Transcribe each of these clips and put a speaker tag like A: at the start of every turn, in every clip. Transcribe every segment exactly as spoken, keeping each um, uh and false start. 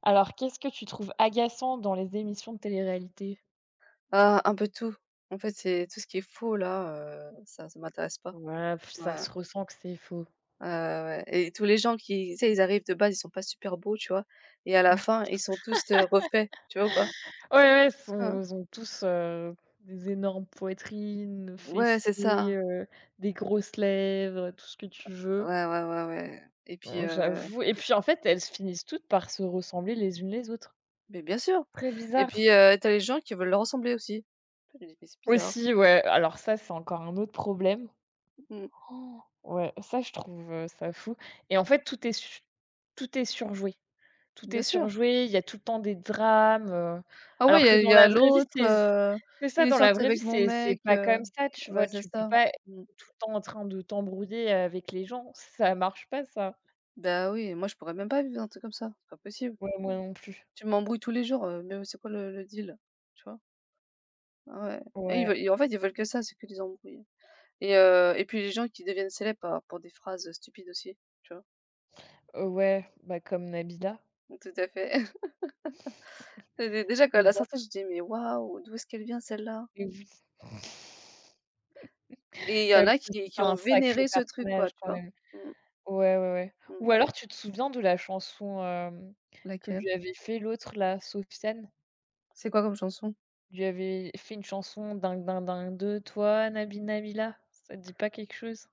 A: Alors, qu'est-ce que tu trouves agaçant dans les émissions de télé-réalité?
B: Ah, un peu tout. En fait, c'est tout ce qui est faux là, heu, ça ça m'intéresse pas.
A: Ouais, pff,
B: Ouais,
A: ça
B: ouais,
A: se ressent que c'est faux.
B: ouais ouais. et tous les gens qui tu sais, ils arrivent de base, ils sont pas super beaux, tu vois? Et à la fin, ils sont tous, heu, refaits, tu vois ou pas?
A: Ouais, ouais, ils sont
B: Hein.
A: ils ont tous, heu, des énormes poitrines,
B: Ouais, c'est
A: fessiers,
B: ça.
A: heu, des grosses lèvres, tout ce que tu veux.
B: Ouais, ouais, ouais, ouais et puis,
A: Mmh,
B: heu
A: j'avoue et puis, en fait, elles se finissent toutes par se ressembler les unes les autres.
B: mais bien sûr
A: Très
B: et
A: bizarre.
B: puis, heu, tu les gens qui veulent leur ressembler aussi. Je me dis: «Mais c'est bizarre».
A: Aussi, ouais, alors ça, c'est encore un autre problème.
B: Mmh,
A: Oh, ouais, ça, je trouve, heu, ça fou et en fait, tout est su tout est surjoué. Tout est
B: bien sûr.
A: surjoué, il y a tout le temps des drames, heu,
B: Ah oui,
A: alors
B: il y
A: que
B: a il y
A: dans la
B: a
A: vraie vie,
B: l'autre,
A: c'est c
B: heu,
A: c'est ça,
B: «Il est
A: dans la
B: sorti
A: vraie vie,
B: avec mon
A: c'est c'est
B: mec»,
A: pas
B: heu,
A: comme ça, tu vois?
B: bah, c'est
A: Tu peux
B: ça.
A: pas être
B: Mmh.
A: tout le temps en train de t'embrouiller avec les gens, ça marche pas ça.
B: Bah, oui, moi je pourrais même pas vivre un truc comme ça, c'est pas possible.
A: Ouais, moi non plus.
B: Tu m'embrouilles tous les jours, heu, mais c'est quoi le le deal? Tu vois? Ah ouais. Et ils
A: Ouais,
B: veulent et en fait, ils veulent que ça, c'est que des embrouilles et heu et puis les gens qui deviennent célèbres par pour des phrases, stupides aussi, tu vois?
A: heu, ouais, bah, comme Nabila.
B: Mmh, tout à fait. Et dé déjà quand elle a
A: Nabila,
B: sorti, je dis: «Mais waouh, d'où est-ce qu'elle vient celle-là?»
A: mais oui.
B: et il y en
A: J'avoue
B: a
A: que c'était
B: qui qui ont
A: un sacré
B: vénéré ce truc
A: personnage
B: quoi, tu
A: quand
B: vois?
A: même.
B: Mmh,
A: Ouais, ouais, ouais.
B: mmh.
A: Ou alors tu te souviens de la chanson, hem, que
B: Laquelle?
A: lui avait fait l'autre là, Sofiane?
B: C'est quoi comme chanson?
A: Lui avais fait une chanson «Ding ding ding de toi, Nabi Nabila». Ça te dit pas quelque chose?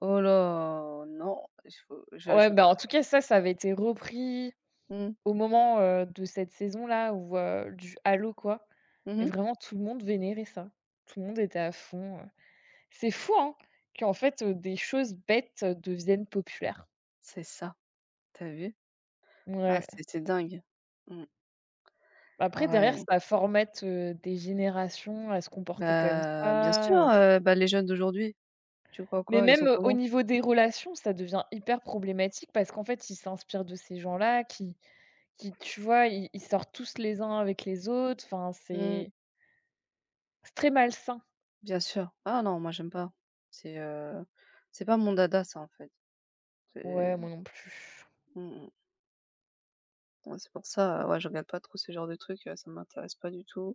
B: Oh là! Non, il faut je
A: Ouais,
B: je veux
A: bah,
B: pas.
A: en tout cas, ça, ça avait été repris
B: Mmh.
A: au moment, heu, de cette saison-là ou heu, du halo quoi et
B: Mmh.
A: vraiment tout le monde vénérait ça. Tout le monde était à fond, heu. C'est fou, hein, qu'en fait, heu, des choses bêtes, heu, deviennent populaires.
B: C'est ça. T'as vu? Ah
A: Ouais.
B: c'est c'est dingue. Mmh.
A: Après
B: Ah
A: derrière
B: ouais.
A: ça formate, heu, des générations à se comporter comme
B: Bah, bien sûr,
A: ça,
B: heu, bah, les jeunes d'aujourd'hui, tu crois
A: Mais
B: quoi? Ils
A: même,
B: sont
A: heu, au
B: comment?
A: niveau des relations, ça devient hyper problématique parce qu'en fait, ils s'inspirent de ces gens-là qui qui, tu vois, ils ils sortent tous les uns avec les autres, enfin,
B: Mmh,
A: c'est c'est très malsain.
B: bien sûr. Ah non, moi j'aime pas. C'est, heu, c'est pas mon dada ça, en fait.
A: Ouais,
B: C'est
A: moi non plus.
B: Mmh mh. Ouais, c'est pour ça, heu, ouais, je regarde pas trop ce genre de trucs, heu, ça m'intéresse pas du tout,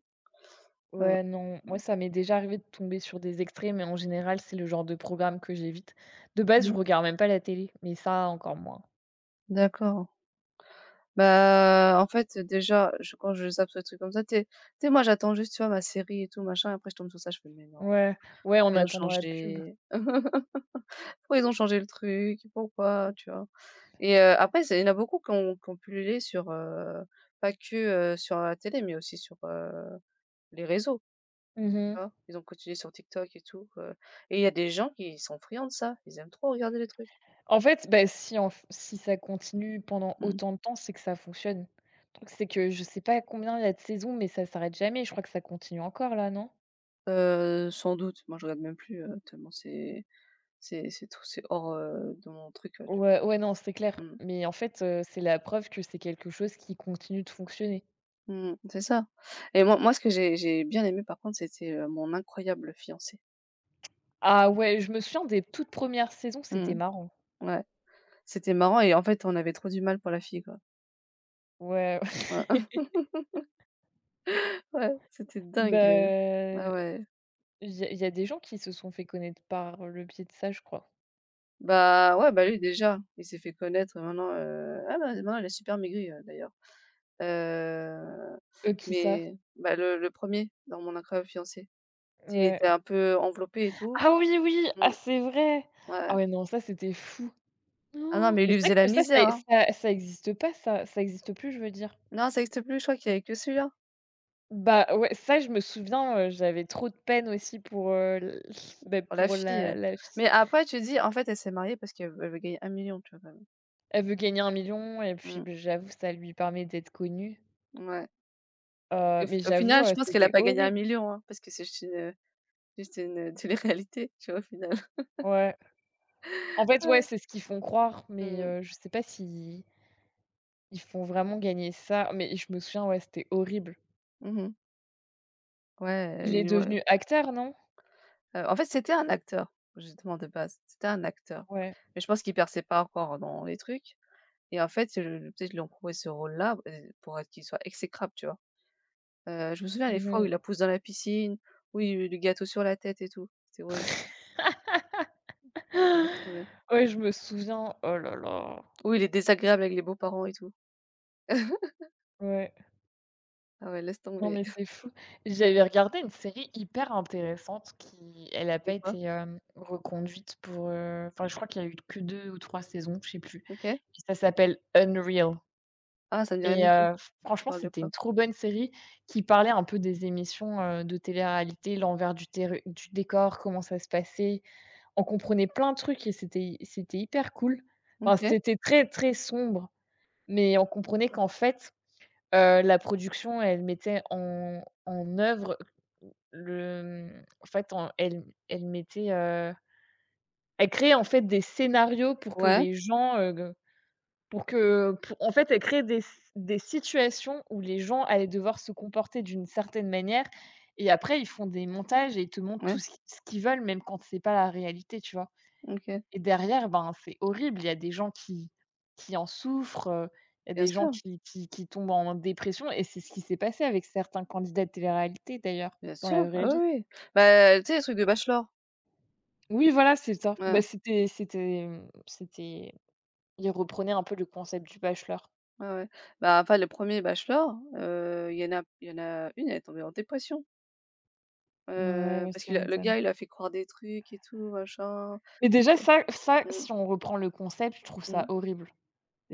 B: heu
A: Ouais, non, moi,
B: mmh.
A: ça m'est déjà arrivé de tomber sur des extraits, mais en général, c'est le genre de programme que j'évite. De base, je regarde même pas la télé, mais ça, encore moins.
B: D'accord. Bah, en fait, déjà, je quand je zappe ce truc comme ça, t'es t'es moi j'attends juste, tu vois, ma série et tout machin et après je tombe sur ça, je fais: «Mais non,
A: Ouais, ouais, en
B: pourquoi ils ont
A: attendant la pub.
B: changé?» Pourquoi ils ont changé le truc? Pourquoi? Tu vois? Et heu, après c'est il y en a beaucoup qui ont qui ont pullulé sur, heu, pas que, heu, sur la télé, mais aussi sur, heu, les réseaux,
A: Mmh.
B: tu vois? Ils ont continué sur TikTok et tout, heu et il y a des gens qui sont friands de ça. Ils aiment trop regarder les trucs.
A: En fait, bah, si en f si ça continue pendant
B: Mmh.
A: autant de temps, c'est que ça fonctionne. Le truc, c'est que je sais pas combien il y a de saisons, mais ça s'arrête jamais. Je crois que ça continue encore là, non?
B: Heu, sans doute. Moi, je regarde même plus, heu, tellement c'est c'est c'est tout c'est hors, heu, de mon truc, heu, tu
A: Ouais,
B: vois?
A: ouais, non, c'est clair.
B: Mmh.
A: Mais en fait, heu, c'est la preuve que c'est quelque chose qui continue de fonctionner.
B: Mmh, c'est ça et moi moi, ce que j'ai j'ai bien aimé par contre, c'était, heu, Mon incroyable fiancé.
A: Ah ouais, je me souviens des toutes premières saisons, c'était
B: Mmh,
A: marrant.
B: ouais. C'était marrant et en fait, on avait trop du mal pour la fille, quoi.
A: Ouais,
B: Voilà. Ouais, c'était dingue, heu.
A: bah,
B: Ah ouais.
A: il y a y a des gens qui se sont fait connaître par le biais de ça, je crois.
B: Bah, ouais, bah, lui déjà, il s'est fait connaître et maintenant, heu ah bah, maintenant il est super maigri, heu, d'ailleurs. Heu,
A: Eux, qui ça?
B: mais bah, le le premier dans mon incroyable fiancé. il
A: Ouais.
B: était un peu enveloppé et tout.
A: Ah oui, oui!
B: Mmh,
A: Ah, c'est vrai! Ah
B: ouais.
A: ouais, non, ça, c'était fou.
B: Ah non,
A: Oh,
B: mais il
A: mais
B: lui
A: c'est vrai
B: faisait la
A: que ça,
B: misère,
A: ça
B: hein.
A: ça ça existe pas, ça ça existe plus, je veux dire.
B: Non, ça existe plus, je crois qu'il n'y avait que celui-là
A: Bah, ouais, ça, je me souviens, heu, j'avais trop de peine aussi pour, heu, l bah,
B: pour la
A: pour
B: fille,
A: la
B: heu.
A: la
B: Mais
A: fille.
B: après, tu dis, en fait, elle s'est mariée parce qu'elle veut elle veut gagner un million tu vois, quand même.
A: Elle veut gagner un million et puis, beh, j'avoue, ça lui permet d'être connue,
B: Mmh, ouais.
A: heu,
B: Et Au
A: mais
B: f au
A: j'avoue,
B: final,
A: heu,
B: je pense qu'elle a
A: c'était
B: pas gagné un
A: horrible.
B: million hein, parce que c'est juste une, juste une, télé-réalité, tu vois, au final.
A: Ouais. En fait, ouais, c'est ce qu'ils font croire, mais
B: Mmh.
A: heu, je sais pas si ils font vraiment gagner ça, mais je me souviens, ouais, c'était horrible.
B: Mmh mh. Ouais,
A: Il est
B: heu, ouais.
A: devenu acteur, non?
B: Heu, en fait, c'était un acteur, justement, de base. C'était un acteur.
A: Ouais.
B: Mais je pense qu'il perçait pas encore dans les trucs et en fait, heu, peut-être ils lui ont trouvé ce rôle-là, heu, pour être qu'il soit exécrable, tu vois? Heu, je me souviens les fois où
A: Mmh.
B: il la pousse dans la piscine, où il lui met du gâteau sur la tête et tout. c'est horrible. Ouais, laisse tomber.
A: Ouais, je me souviens, oh là là,
B: Où il est désagréable avec les beaux-parents et tout.
A: ouais.
B: Ah ouais, laisse
A: Non,
B: tomber.
A: mais c'est fou. J'avais regardé une série hyper intéressante qui elle a pas
B: c'est quoi?
A: été, hem, reconduite pour, heu, enfin, je crois qu'il y a eu que deux ou trois saisons, je sais plus
B: OK.
A: et ça s'appelle Unreal
B: Ah, ça me dit rien
A: et
B: du tout.
A: heu,
B: Ça
A: franchement,
B: parle de
A: c'était
B: quoi?
A: une trop bonne série qui parlait un peu des émissions, heu, de télé-réalité, l'envers du terr du décor, comment ça se passait. On comprenait plein de trucs et c'était c'était hyper cool. Enfin,
B: OK.
A: c'était très, très sombre, mais on comprenait qu'en fait Heu, la production, elle mettait en en œuvre le mmh, en fait, en elle elle mettait, heu, elle créait, en fait, des scénarios pour que
B: Ouais,
A: les gens, heu, pour que pou en fait, elle créait des des situations où les gens allaient devoir se comporter d'une certaine manière et après ils font des montages et ils te montrent
B: ouais,
A: tout ce qu ce qu'ils veulent, même quand c'est pas la réalité, tu vois?
B: OK.
A: Et derrière, ben, c'est horrible. Il y a des gens qui qui en souffrent, heu, il y a
B: Bien
A: des gens
B: sûr,
A: qui qui qui tombent en dépression et c'est ce qui s'est passé avec certains candidats de télé-réalité d'ailleurs,
B: bien
A: dans la
B: sûr. Ah
A: vraie
B: oui,
A: vie.
B: oui. Bah, tu sais, les trucs de bachelor?
A: Oui, voilà, c'est ça.
B: Ouais,
A: Bah, c'était c'était, mmh, c'était ils reprenaient un peu le concept du Bachelor.
B: ouais, ouais. Bah, enfin, le premier bachelor, heu, il y en a il y en a une, elle est tombée en dépression,
A: Ouais,
B: heu,
A: ouais,
B: parce
A: ça
B: que le le
A: m'étonne.
B: gars, il a fait croire des trucs et tout, machin.
A: Mais déjà
B: Et
A: ça ça,
B: mmh,
A: si on reprend le concept, je trouve ça
B: mmh.
A: horrible.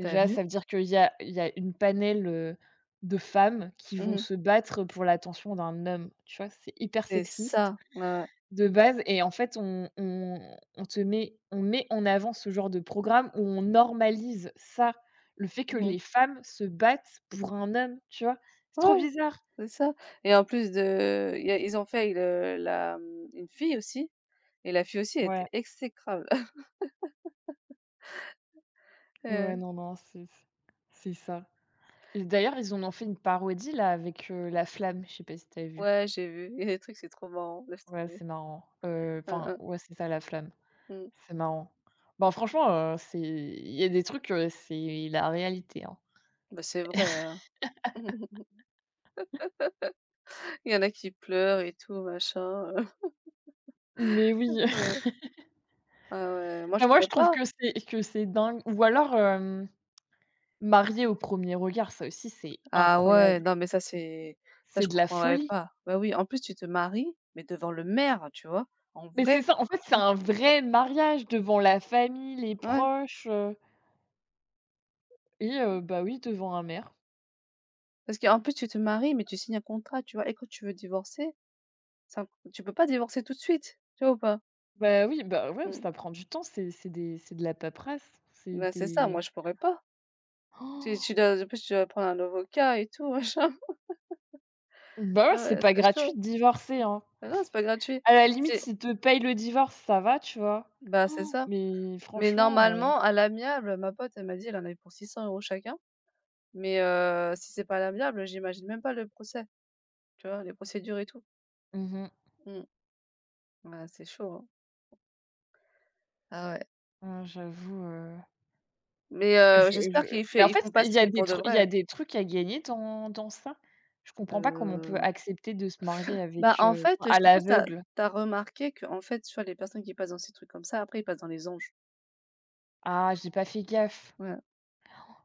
B: Tu vu?
A: ça veut dire qu'il y a il y a une panel, heu, de femmes qui vont
B: Mmh.
A: se battre pour l'attention d'un homme. Tu vois? C'est hyper
B: C'est
A: sexiste.
B: ça. Ouais, ouais.
A: De base et en fait, on on on te met on met en avant ce genre de programme où on normalise ça, le fait que
B: Mmh.
A: les femmes se battent pour un homme, tu vois? C'est trop
B: Ouais,
A: bizarre.
B: c'est ça et en plus de il y a ils ont fait le la, mmh, une fille aussi et la fille aussi, elle était
A: Ouais,
B: exécrable.
A: ouais,
B: Heu
A: non, non, c'est c'est ça et d'ailleurs, ils en ont fait une parodie là avec, heu, La Flamme, je sais pas si t'as vu?
B: Ouais, j'ai vu. Il y a des trucs, c'est trop marrant, laisse
A: Ouais,
B: tomber.
A: c'est marrant, heu,
B: Hein,
A: enfin,
B: hein,
A: ouais, c'est ça, La Flamme,
B: mmh.
A: c'est marrant. Bon franchement, heu, c'est il y a des trucs, heu, c'est la réalité, hein.
B: Bah, c'est vrai, hein. Il y en a qui pleurent et tout, machin, heu,
A: Mais oui.
B: ah ouais, moi
A: Bah,
B: je
A: moi, je
B: pourrais
A: trouve
B: pas.
A: que c'est que c'est dingue ou alors, hem, Mariée au premier regard, ça aussi, c'est
B: Ah ouais,
A: incroyable.
B: non mais ça c'est ça
A: C'est
B: je
A: de la
B: comprendrais
A: folie.
B: pas. Bah oui, en plus tu te maries, mais devant le maire, tu vois? En
A: Mais c'est
B: vrai,
A: ça, en fait,
B: tu
A: c'est
B: vois?
A: un vrai mariage devant la famille, les
B: Ouais,
A: proches, heu et heu, bah, oui, devant un maire.
B: parce qu'en plus tu te maries, mais tu signes un contrat, tu vois? Et quand tu veux divorcer, c'est tu peux pas divorcer tout de suite, tu vois ou pas?
A: Bah, oui, bah, ouais,
B: Mmh.
A: ça prend du temps, c'est c'est des c'est de la paperasse, c'est
B: Bah, c'est ça,
A: des
B: moi je pourrais pas. Tu tu
A: Oh,
B: dois en plus tu dois prendre un avocat et tout, machin.
A: bah, ouais,
B: Ah
A: c'est
B: ouais,
A: pas
B: c'est
A: gratuit
B: chaud.
A: de divorcer, hein.
B: Bah, non, c'est pas gratuit.
A: À la limite,
B: C'est
A: s'ils te payent le divorce, ça va, tu vois?
B: bah, c'est ça.
A: Mais
B: Mais
A: franchement, heu,
B: normalement, à l'amiable, ma pote, elle m'a dit, elle en avait pour six cents euros chacun. Mais heu, si c'est pas à l'amiable, j'imagine même pas le procès, tu vois? Les procédures et tout.
A: mmh
B: Mmh. Ouais, c'est chaud, hein. Ah ouais.
A: ouais, j'avoue, heu
B: Mais heu,
A: Je je
B: j'espère qu'ils
A: mais
B: fait
A: en
B: ils
A: fait,
B: font pas
A: il y a
B: signer
A: des
B: pour de
A: trucs il y
B: vrai.
A: a des trucs à gagner dans dans ça? Je comprends pas comment on peut
B: Heu,
A: accepter de se marier
B: bah,
A: avec,
B: en
A: heu,
B: fait,
A: enfin,
B: je
A: à
B: sais pas si t'as as
A: l'aveugle.
B: tu as remarqué que en fait, tu vois, les personnes qui passent dans ces trucs comme ça, après, ils passent dans les anges.
A: Ah, j'ai pas fait gaffe.
B: Ouais,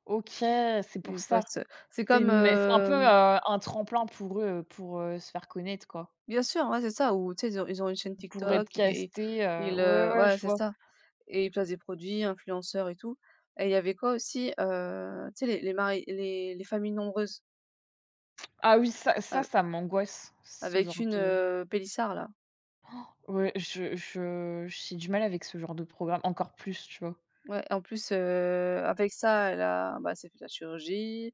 A: OK, c'est pour
B: ils
A: ça.
B: passent, c'est
A: C'est
B: comme,
A: une mais c'est un peu, heu,
B: hem
A: un tremplin pour eux, heu, pour, heu, se faire connaître, quoi.
B: bien sûr, ouais, c'est ça, ou tu sais, ils ont ils ont une chaîne
A: Pour être
B: TikTok, ils
A: casté heu,
B: ils,
A: ouais,
B: heu
A: ouais,
B: ouais,
A: je
B: c'est
A: vois.
B: ça. Et ils placent des produits, influenceurs et tout. Et il y avait quoi aussi? Heu, tu sais les les mari les les familles nombreuses
A: Ah oui, ça ça,
B: a
A: ça m'angoisse, ce
B: avec
A: genre
B: une,
A: de
B: heu, pélissard là.
A: ouais, je je j'ai du mal avec ce genre de programme, encore plus, tu vois?
B: Ouais, en plus, heu, avec ça, elle a bah, elle s'est fait la chirurgie,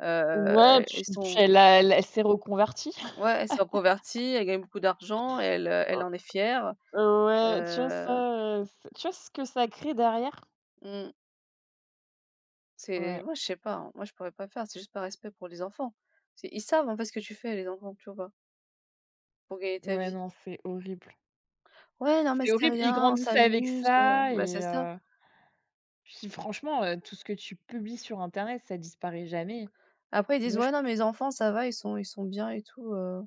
B: heu,
A: Ouais,
B: elles elles
A: puis puis
B: sont
A: elle a elle elle s'est reconvertie.
B: ouais, elle s'est reconvertie, elle gagne beaucoup d'argent, elle, heu, elle en est fière,
A: Ouais, tu vois
B: heu,
A: ça, heu, c tu vois ce que ça crée derrière?
B: mmh, c'est
A: Ouais,
B: moi je sais pas, hein, moi je pourrais pas faire, c'est juste par respect pour les enfants. C'est ils savent en fait ce que tu fais les enfants, tu vois? Pour gagner ta
A: ouais,
B: vie.
A: non, c'est horrible.
B: «Ouais, non mais
A: C'est
B: c'est
A: horrible, ils
B: rien, on
A: grandissaient avec
B: s'amuse», heu,
A: ça
B: bah,
A: et
B: c'est ça.
A: heu, puis franchement, heu, tout ce que tu publies sur internet, ça disparaît jamais.
B: Après ils
A: Moi
B: disent:
A: je
B: «Ouais, non, mes enfants ça va, ils sont ils sont bien et tout, heu».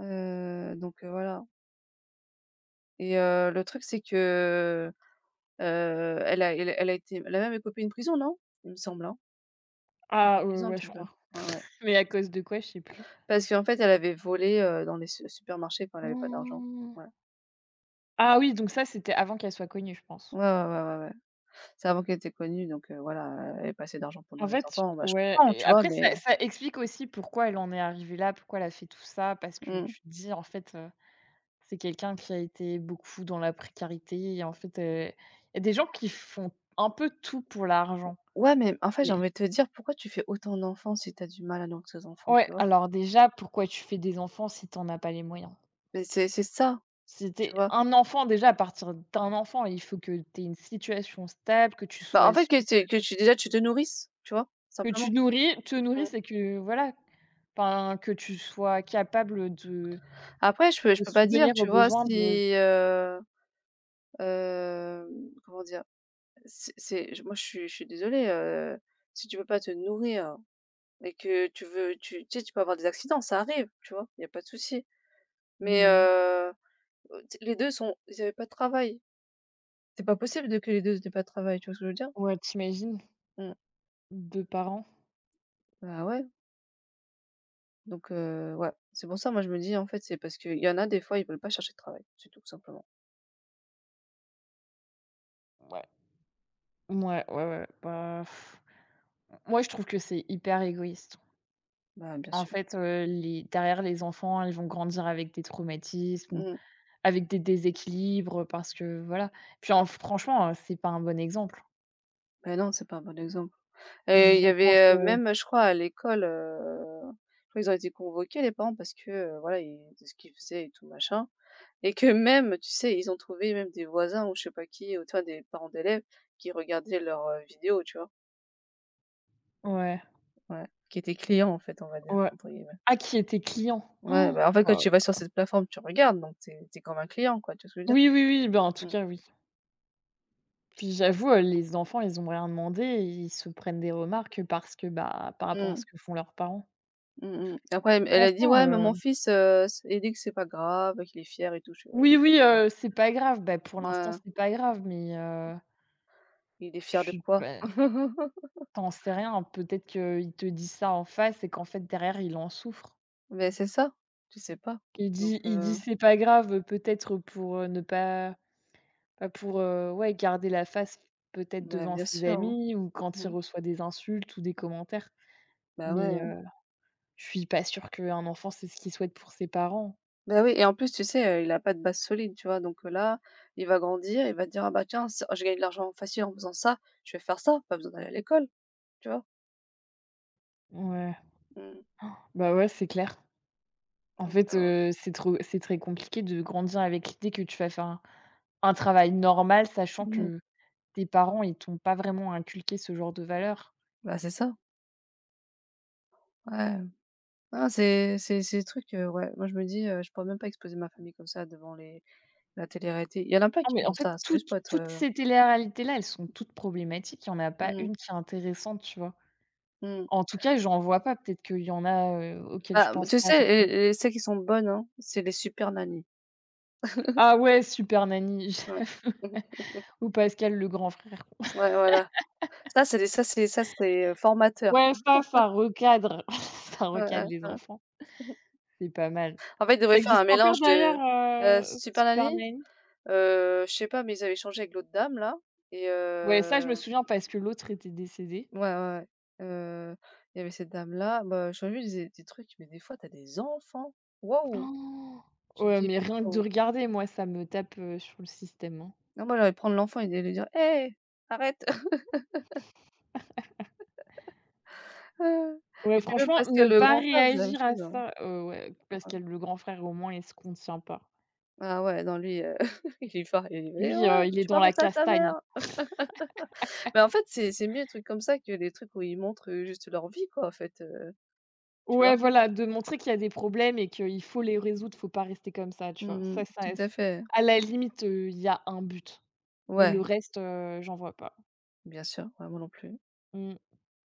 B: Heu, donc, heu, voilà et heu, le truc c'est que, heu, elle a elle elle a été elle a même écopé une prison, non? Il me semble, hein? la
A: ah ouais,
B: prison un
A: ouais, je
B: petit peu.
A: crois.
B: Ouais, ouais.
A: Mais à cause de quoi, je sais plus.
B: Parce qu'en fait elle avait volé, heu, dans les su supermarchés quand elle avait pas d'argent.
A: Oh.
B: Ouais.
A: Ah oui, donc ça, c'était avant qu'elle soit connue, je pense.
B: Ouais, ouais, ouais, ouais, ouais. C'est avant qu'elle était connue donc, heu, voilà, euh, elle avait pas assez d'argent pour
A: En
B: nourrir les
A: fait,
B: enfants. Bah, je
A: ouais
B: comprends,
A: et
B: tu vois?
A: après
B: Mais
A: ça ça explique aussi pourquoi elle en est arrivée là, pourquoi elle a fait tout ça, parce que
B: mmh.
A: tu te dis en fait, c'est quelqu'un qui a été beaucoup dans la précarité et en fait, heu, il y a des gens qui font un peu tout pour l'argent.
B: Ouais, mais en fait j'ai
A: C'est
B: envie de te dire: «Pourquoi tu fais autant d'enfants si t'as du mal à nourrir tes enfants?»
A: ouais,
B: tu vois?
A: alors déjà, pourquoi tu fais des enfants si tu en as pas les moyens?
B: Mais c'est c'est ça,
A: Si tu
B: tu
A: es
B: vois?
A: un enfant déjà, à partir d'un enfant, il faut que tu aies une situation stable, que tu
B: Bah, en
A: sois
B: fait,
A: sûr
B: que tu que tu déjà tu te nourrisses, tu vois?
A: que tu
B: Simplement.
A: nourris te
B: Mmh.
A: nourrisses et que voilà, enfin, que tu sois capable de
B: Après je peux je
A: de
B: peux pas dire,
A: subvenir aux
B: tu vois?
A: besoins de
B: Si, heu, hem, comment dire? C'est c'est je moi je suis je suis désolée, heu, si tu peux pas te nourrir et que tu veux tu tu sais, tu peux avoir des accidents, ça arrive, tu vois? Il y a pas de souci.
A: mmh
B: Mais,
A: mh.
B: heu, heu, t les deux sont ils avaient pas de travail. C'est pas possible de que les deux n'aient pas de travail, tu vois ce que je veux dire?
A: Ouais, tu imagines?
B: Mmh.
A: deux parents?
B: Bah, ouais, donc, heu, ouais. C'est pour ça, moi je me dis, en fait, c'est parce qu'il y en a des fois, ils veulent pas chercher de travail, c'est tout simplement.
A: Ouais. Mouais, ouais, ouais, bah moi, je trouve que c'est hyper égoïste.
B: Bah, bien
A: En
B: sûr.
A: fait, heu, les derrière les enfants, ils vont grandir avec des traumatismes ou
B: Mmh.
A: avec des déséquilibres, parce que voilà. Puis en franchement, heu, c'est pas un bon exemple.
B: Bah, non, c'est pas un bon exemple.
A: Ils
B: Et il y
A: vont croire
B: avait, heu,
A: que
B: même, je crois, à l'école, heu, je crois ils ont été convoqués les parents parce que, heu, voilà, ils de ce qu'ils faisaient et tout machin et que même, tu sais, ils ont trouvé même des voisins ou je sais pas qui, ou tu des parents d'élèves qui regardaient leurs, heu, vidéos, tu vois?
A: ouais,
B: Ouais, qui étaient «clients», en fait, on va dire,
A: ouais.
B: entre guillemets.
A: Ah, qui était client?
B: Ouais,
A: Han!
B: bah, en fait, quand
A: Heu,
B: tu vas sur cette plateforme, tu regardes donc t'es es comme un client, quoi, tu vois ce que je veux dire?
A: oui, oui, oui, ben en tout
B: Mmh.
A: cas, oui. Puis j'avoue, heu, les enfants, ils ont rien demandé et ils se prennent des remarques parce que, bah, par rapport à
B: Mmh.
A: ce que font leurs parents.
B: Mmh mh. Après elle elle a dit:
A: Franchement,
B: «Ouais, mais
A: heu,
B: mon fils, heu, s il dit que c'est pas grave, qu'il est fier et tout». Je fais: «Ouais,
A: oui, oui,
B: ouais».
A: heu, c'est pas grave. Bah, pour
B: ouais ouais ouais,
A: l'instant,
B: ouais, ouais.
A: c'est pas grave, mais heu,
B: Il est
A: je
B: fier de
A: suis
B: quoi?
A: pas T'en sais rien, peut-être qu'il te dit ça en face et qu'en fait derrière il en souffre.
B: mais c'est ça, tu sais pas.
A: Il
B: Donc
A: dit il dit:
B: heu,
A: «C'est pas grave», peut-être pour, heu, ne pas pas pour, heu, ouais garder la face peut-être
B: bah,
A: devant
B: bien
A: ses
B: sûr, hein.
A: amis ou quand il
B: Mmh.
A: reçoit des insultes ou des commentaires.
B: Bah, ouais,
A: Mais,
B: hein.
A: heu, je suis pas sûre qu'un enfant c'est ce qu'il souhaite pour ses parents.
B: Bah, oui et en plus, tu sais, heu, il a pas de base solide, tu vois? Donc heu, là, il va grandir, il va te dire: «Ah bah, tiens, ça je gagne de l'argent facile en faisant ça, je vais faire ça, pas besoin d'aller à l'école», tu vois?
A: Ouais,
B: Mmh.
A: bah, ouais, c'est clair. En
B: Donc
A: fait,
B: heu,
A: heu, c'est trop c'est très compliqué de grandir avec l'idée que tu vas faire un un travail normal, sachant
B: mmh.
A: que tes parents, ils t'ont pas vraiment inculqué ce genre de valeurs.
B: Bah, c'est ça, ouais. Non, c'est c'est ces trucs, heu, ouais, moi je me dis, heu: «Je pourrais même pas exposer ma famille comme ça devant les la télé-réalité». Il y en a plein
A: Ah
B: qui
A: mais en
B: font
A: fait,
B: ça, c'est juste
A: toutes
B: pour être,
A: toutes
B: heu,
A: ces téléréalités-là, elles sont toutes problématiques. Il y en a pas
B: mmh mh,
A: une qui est intéressante, tu vois?
B: mmh.
A: En tout cas, j'en vois pas. Peut-être qu'il y en a, heu, auxquelles je
B: Bah,
A: pense
B: tu
A: pas
B: sais, les
A: forcément.
B: les celles qui sont bonnes, hein, c'est les super nannies.
A: Ah ouais, Super Nanny,
B: Ouais.
A: j'avoue,
B: Mmh.
A: ou Pascal le grand frère.
B: Ouais, voilà. Ça, c'est des ça, c'est ça, c'est, heu, formateur.
A: Ouais, ça, ça recadre, ça
B: Heu,
A: recadre
B: heu,
A: les
B: heu.
A: enfants. C'est pas mal.
B: En fait, ils
A: Ça
B: devraient faire
A: existe
B: un
A: encore
B: mélange
A: d'ailleurs,
B: de, heu,
A: heu,
B: super nanny?
A: Super Nanny?
B: Heu, je sais pas, mais ils avaient changé avec l'autre dame là et
A: Ouais, ça, je
B: heu
A: me souviens parce que l'autre était décédé.
B: ouais, ouais, ouais. il y avait cette dame là, bah, j'ai vu des des trucs, mais des fois, t'as des enfants. Waouh!
A: Oh,
B: Tu te
A: ouais,
B: dis:
A: mais rien que de
B: «Waouh».
A: regarder, moi, ça me tape, heu, sur le système, hein.
B: Non, moi, j'allais prendre l'enfant et d'aller lui dire: «Hé, arrête!» Et
A: Ouais,
B: puis même
A: franchement, ne
B: Pascal le
A: pas
B: grand frère, c'est la même
A: réagir à
B: chose, hein.
A: ça, heu, ouais, parce qu'il y a le grand frère, au moins, il se contient pas.
B: Ah ouais, non lui, heu, il est fort, il va dire:
A: Lui, heu,
B: «Ouais,
A: il est
B: tu
A: dans
B: vas
A: la
B: ça à ta
A: castagne.
B: mère!» mais en fait, c'est c'est mieux les trucs comme ça que les trucs où ils montrent, heu, juste leur vie quoi, en fait, heu, tu
A: Ouais,
B: vois?
A: voilà, de montrer qu'il y a des problèmes et qu'il faut les résoudre, faut pas rester comme ça, tu vois?
B: Mmh
A: Ça, ça
B: tout à
A: s
B: fait.
A: à la limite, heu, il y a un but, mais
B: Ouais,
A: le reste, heu, j'en vois pas.
B: bien sûr, ouais, moi non plus.
A: Mmh.